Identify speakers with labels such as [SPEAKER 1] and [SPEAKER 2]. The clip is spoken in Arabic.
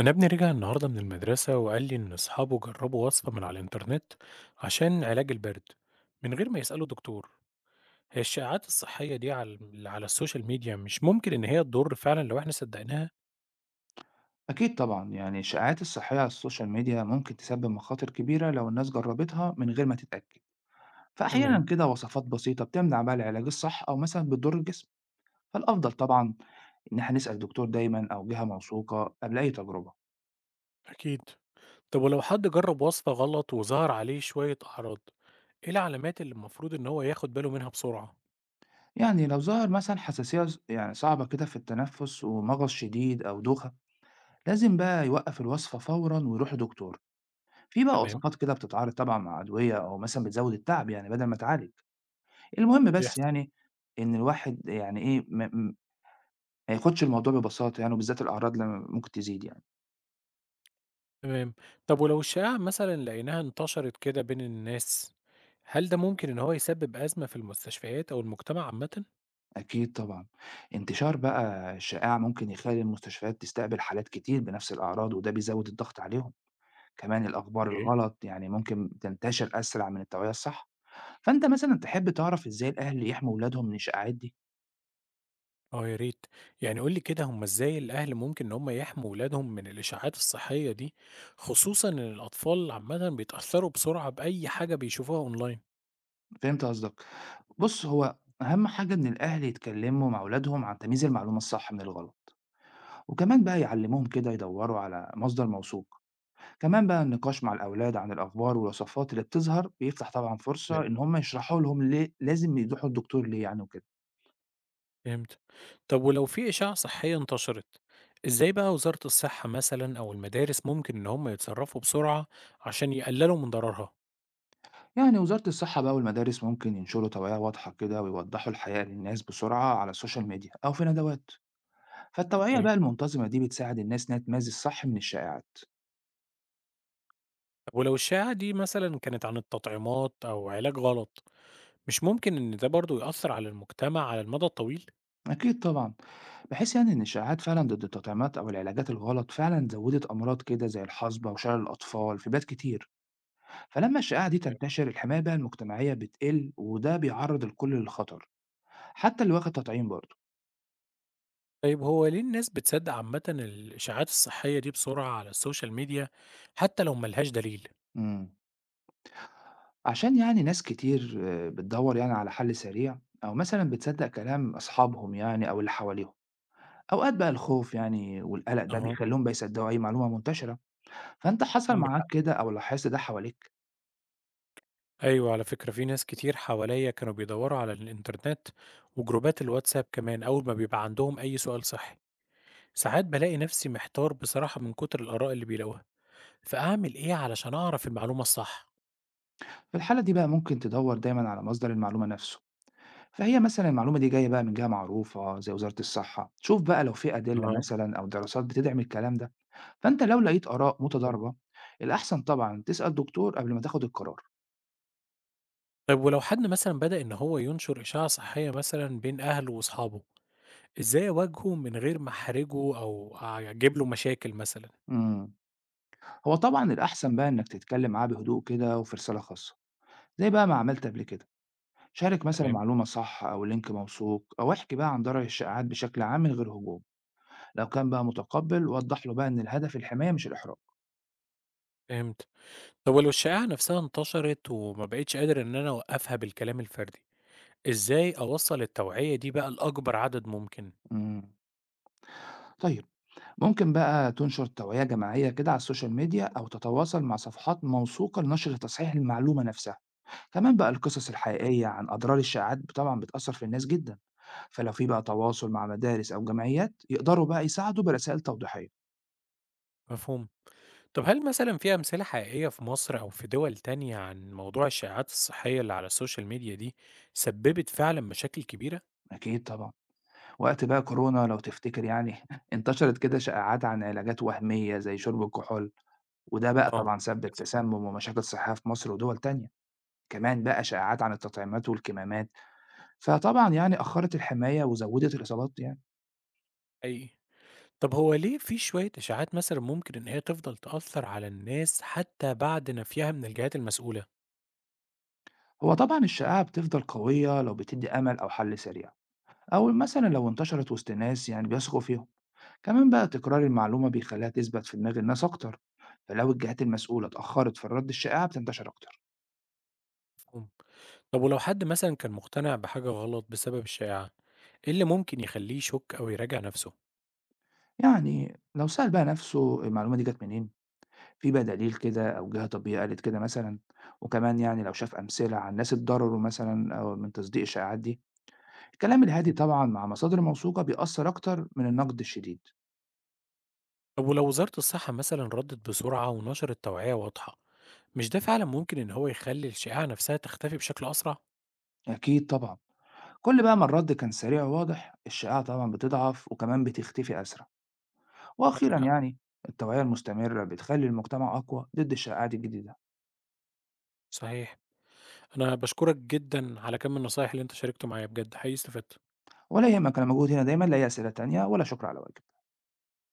[SPEAKER 1] أنا ابني رجع النهاردة من المدرسة وقال لي إن أصحابه جربوا وصفة من على الإنترنت عشان علاج البرد من غير ما يسألوا دكتور. هي الشائعات الصحية دي على على السوشيال ميديا مش ممكن إن هي تضر فعلا لو إحنا صدقناها؟
[SPEAKER 2] أكيد طبعا يعني الشائعات الصحية على السوشيال ميديا ممكن تسبب مخاطر كبيرة لو الناس جربتها من غير ما تتأكد. فأحيانا
[SPEAKER 1] تمام،
[SPEAKER 2] كده وصفات بسيطة بتمنع بقى العلاج الصح أو مثلا بتضر الجسم. فالأفضل طبعا إن احنا نسأل دكتور دايما أو جهة موثوقة قبل أي تجربة.
[SPEAKER 1] أكيد. طب ولو حد جرب وصفة غلط وظهر عليه شوية أعراض، إيه العلامات اللي المفروض إن هو ياخد باله منها بسرعة؟
[SPEAKER 2] يعني لو ظهر مثلا حساسية يعني صعبة كده في التنفس ومغص شديد أو دوخة، لازم بقى يوقف الوصفة فورا ويروح لدكتور. في بقى
[SPEAKER 1] تمام،
[SPEAKER 2] وصفات كده بتتعارض طبعا مع أدوية أو مثلا بتزود التعب يعني بدل ما تعالج. المهم بس
[SPEAKER 1] بيحصل.
[SPEAKER 2] يعني ان الواحد يعني ايه ما ياخدش الموضوع ببساطة يعني، وبالذات الأعراض لمّا ممكن تزيد يعني.
[SPEAKER 1] تمام. طب ولو الشائعة مثلا لقيناها انتشرت كده بين الناس، هل ده ممكن إن هو يسبب أزمة في المستشفيات أو المجتمع عامة؟
[SPEAKER 2] أكيد طبعًا. انتشار بقى الشائعة ممكن يخلّي المستشفيات تستقبل حالات كتير بنفس الأعراض، وده بيزوّد الضغط عليهم. كمان الأخبار
[SPEAKER 1] أوكي.
[SPEAKER 2] الغلط يعني ممكن تنتشر أسرع من التوعية الصح. فأنت مثلًا تحب تعرف إزاي الأهل يحموا ولادهم من الشائعات دي؟
[SPEAKER 1] آه يا ريت، يعني قُل لي كده هُم إزاي الأهل ممكن إن هُم يحموا ولادهم من الإشاعات الصحية دي، خصوصًا إن الأطفال عامةً بيتأثّروا بسرعة بأي حاجة بيشوفوها أونلاين؟
[SPEAKER 2] فهمت قصدك. بُص، هو أهم حاجة إن الأهل يتكلموا مع ولادهم عن تمييز المعلومة الصح من الغلط، وكمان بقى يعلموهم كده يدوّروا على مصدر موثوق. كمان بقى النقاش مع الأولاد عن الأخبار والوصفات اللي بتظهر بيفتح طبعا فرصة
[SPEAKER 1] تمام.
[SPEAKER 2] إن هم يشرحوا لهم ليه لازم يروحوا الدكتور ليه يعني وكده.
[SPEAKER 1] فهمت. طب ولو في إشاعة صحية انتشرت، إزاي بقى وزارة الصحة مثلًا أو المدارس ممكن إن هُم يتصرّفوا بسرعة عشان يقللوا من ضررها؟
[SPEAKER 2] يعني وزارة الصحة بقى والمدارس ممكن ينشروا توعية واضحة كده ويوضحوا الحقيقة للناس بسرعة على السوشيال ميديا أو في ندوات. فالتوعية
[SPEAKER 1] أوكي.
[SPEAKER 2] بقى المنتظمة دي بتساعد الناس إنها تميز الصح من الشائعات.
[SPEAKER 1] طب ولو الشائعة دي مثلًا كانت عن التطعيمات أو علاج غلط، مش ممكن إن ده برضه يأثّر على المجتمع على المدى الطويل؟
[SPEAKER 2] أكيد طبعا، بحيث يعني إن الشائعات فعلا ضد التطعيمات أو العلاجات الغلط فعلا زودت أمراض كده زي الحصبة وشلل الأطفال في بلاد كتير. فلما الشائعة دي تنتشر الحماية بقى المجتمعية بتقل وده بيعرض الكل للخطر، حتى اللي واخد تطعيم برضه.
[SPEAKER 1] طيب هو ليه الناس بتصدق عامة الإشاعات الصحية دي بسرعة على السوشيال ميديا حتى لو ملهاش دليل؟
[SPEAKER 2] إمم. عشان يعني ناس كتير بتدوّر يعني على حل سريع أو مثلًا بتصدّق كلام أصحابهم يعني أو اللي حواليهم. أوقات بقى الخوف يعني والقلق ده
[SPEAKER 1] اها.
[SPEAKER 2] بيخلّيهم بقى يصدّقوا أي معلومة منتشرة. فأنت حصل
[SPEAKER 1] عندك
[SPEAKER 2] معاك
[SPEAKER 1] حق.
[SPEAKER 2] كده أو لاحظت ده حواليك؟
[SPEAKER 1] أيوة، على فكرة في ناس كتير حواليا كانوا بيدوروا على الإنترنت وجروبات الواتساب كمان أول ما بيبقى عندهم أي سؤال صحي. ساعات بلاقي نفسي محتار بصراحة من كتر الآراء اللي بيلاقوها، فأعمل إيه علشان أعرف المعلومة الصح؟
[SPEAKER 2] في الحالة دي بقى ممكن تدوّر دايمًا على مصدر المعلومة نَفْسه، فهي مثلًا المعلومة دي جاية بقى من جهة معروفة زي وزارة الصحة، شوف بقى لو في أدلة
[SPEAKER 1] اها.
[SPEAKER 2] مثلًا أو دراسات بتدعم الكلام ده. فأنت لو لقيت آراء متضاربة، الأحسن طبعًا تسأل دكتور قبل ما تاخد القرار.
[SPEAKER 1] طيب ولو حد مثلا بدأ إن هو ينشر إشاعة صحية مثلا بين أهله وأصحابه، إزاي أواجهه من غير ما أحرجه أو أجيب له مشاكل مثلا؟
[SPEAKER 2] إمم. هو طبعًا الأحسن بقى إنك تتكلم معاه بهدوء كده وفي رسالة خاصة، زي بقى ما عملت قبل كده، شارك مثلًا
[SPEAKER 1] تمام،
[SPEAKER 2] معلومة صح أو link موثوق أو احكِ بقى عن ضرر الشائعات بشكل عام من غير هجوم. لو كان بقى متقبل وضح له بقى إن الهدف الحماية مش الإحراج.
[SPEAKER 1] فهمت. طب ولو الشائعة نفسها انتشرت وما بقيتش قادر إن أنا أوقفها بالكلام الفردي، إزاي أوصّل التوعية دي بقى لأكبر عدد ممكن؟
[SPEAKER 2] إمم، طيب، ممكن بقى تنشر توعية جماعية كده على السوشيال ميديا أو تتواصل مع صفحات موثوقة لنشر تصحيح المعلومة نفسها. كمان بقى القصص الحقيقية عن أضرار الشائعات طبعًا بتأثر في الناس جدًا، فلو في بقى تواصل مع مدارس أو جمعيات يقدروا بقى يساعدوا برسائل توضيحية.
[SPEAKER 1] مفهوم. طب هل مثلًا في أمثلة حقيقية في مصر أو في دول تانية عن موضوع الشائعات الصحية اللي على السوشيال ميديا دي سببت فعلًا مشاكل كبيرة؟
[SPEAKER 2] أكيد طبعًا. وقت بقى كورونا لو تفتكر يعني انتشرت كده شائعات عن علاجات وهمية زي شرب الكحول، وده بقى
[SPEAKER 1] آه،
[SPEAKER 2] طبعًا سبب
[SPEAKER 1] للأسف.
[SPEAKER 2] تسمم ومشاكل صحية في مصر ودول تانية. كمان بقى شائعات عن التطعيمات والكمامات، فطبعًا يعني أخرت الحماية وزودت الإصابات يعني.
[SPEAKER 1] حقيقي. طب هو ليه في شوية إشاعات مثلًا ممكن إن هي تفضل تأثّر على الناس حتى بعد نفيها من الجهات المسؤولة؟
[SPEAKER 2] هو طبعًا الشائعة بتفضل قوية لو بتدي أمل أو حل سريع، أو مثلًا لو انتشرت وسط ناس يعني بيثقوا فيهم. كمان بقى تكرار المعلومة بيخليها تثبت في دماغ الناس أكتر، فلو الجهات المسؤولة اتأخرت في الرد الشائعة بتنتشر أكتر.
[SPEAKER 1] مفهوم. طب ولو حد مثلًا كان مقتنع بحاجة غلط بسبب الشائعة؟ إيه اللي ممكن يخلّيه يشُك أو يراجع نَفْسه؟
[SPEAKER 2] يعني لو سأل بقى نفسه المعلومة دي جات منين، في بقى دليل كده أو جهة طبية قالت كده مثلًا، وكمان يعني لو شاف أمثلة عن ناس اتضرروا مثلًا أو من تصديق الشائعات دي، الكلام الهادي
[SPEAKER 1] إمم.
[SPEAKER 2] طبعًا مع مصادر موثوقة بيأثّر أكتر من النقد الشديد.
[SPEAKER 1] طب ولو وزارة الصحة مثلًا ردِّت بسرعة ونشرت توعية واضحة، مش ده فعلًا ممكن إن هو يخلّي الشائعة نَفْسها تختفي بشكل أسرع؟
[SPEAKER 2] أكيد طبعًا، كل بقى ما الرد كان سريع وواضح، الشائعة طبعًا بتضعف وكمان بتختفي أسرع. وأخيرًا
[SPEAKER 1] عندك حق،
[SPEAKER 2] يعني التوعية المستمرة بتخلّي المجتمع أقوى ضد الشائعات الجديدة.
[SPEAKER 1] صحيح. أنا باشكرك جدًا على كَم النصايح اللي أنت شاركته معايا بجد، حقيقي استفدت.
[SPEAKER 2] ولا يهمك أنا موجود هنا دايمًا، لا هي أسئلة تانية ولا شكر على واجب.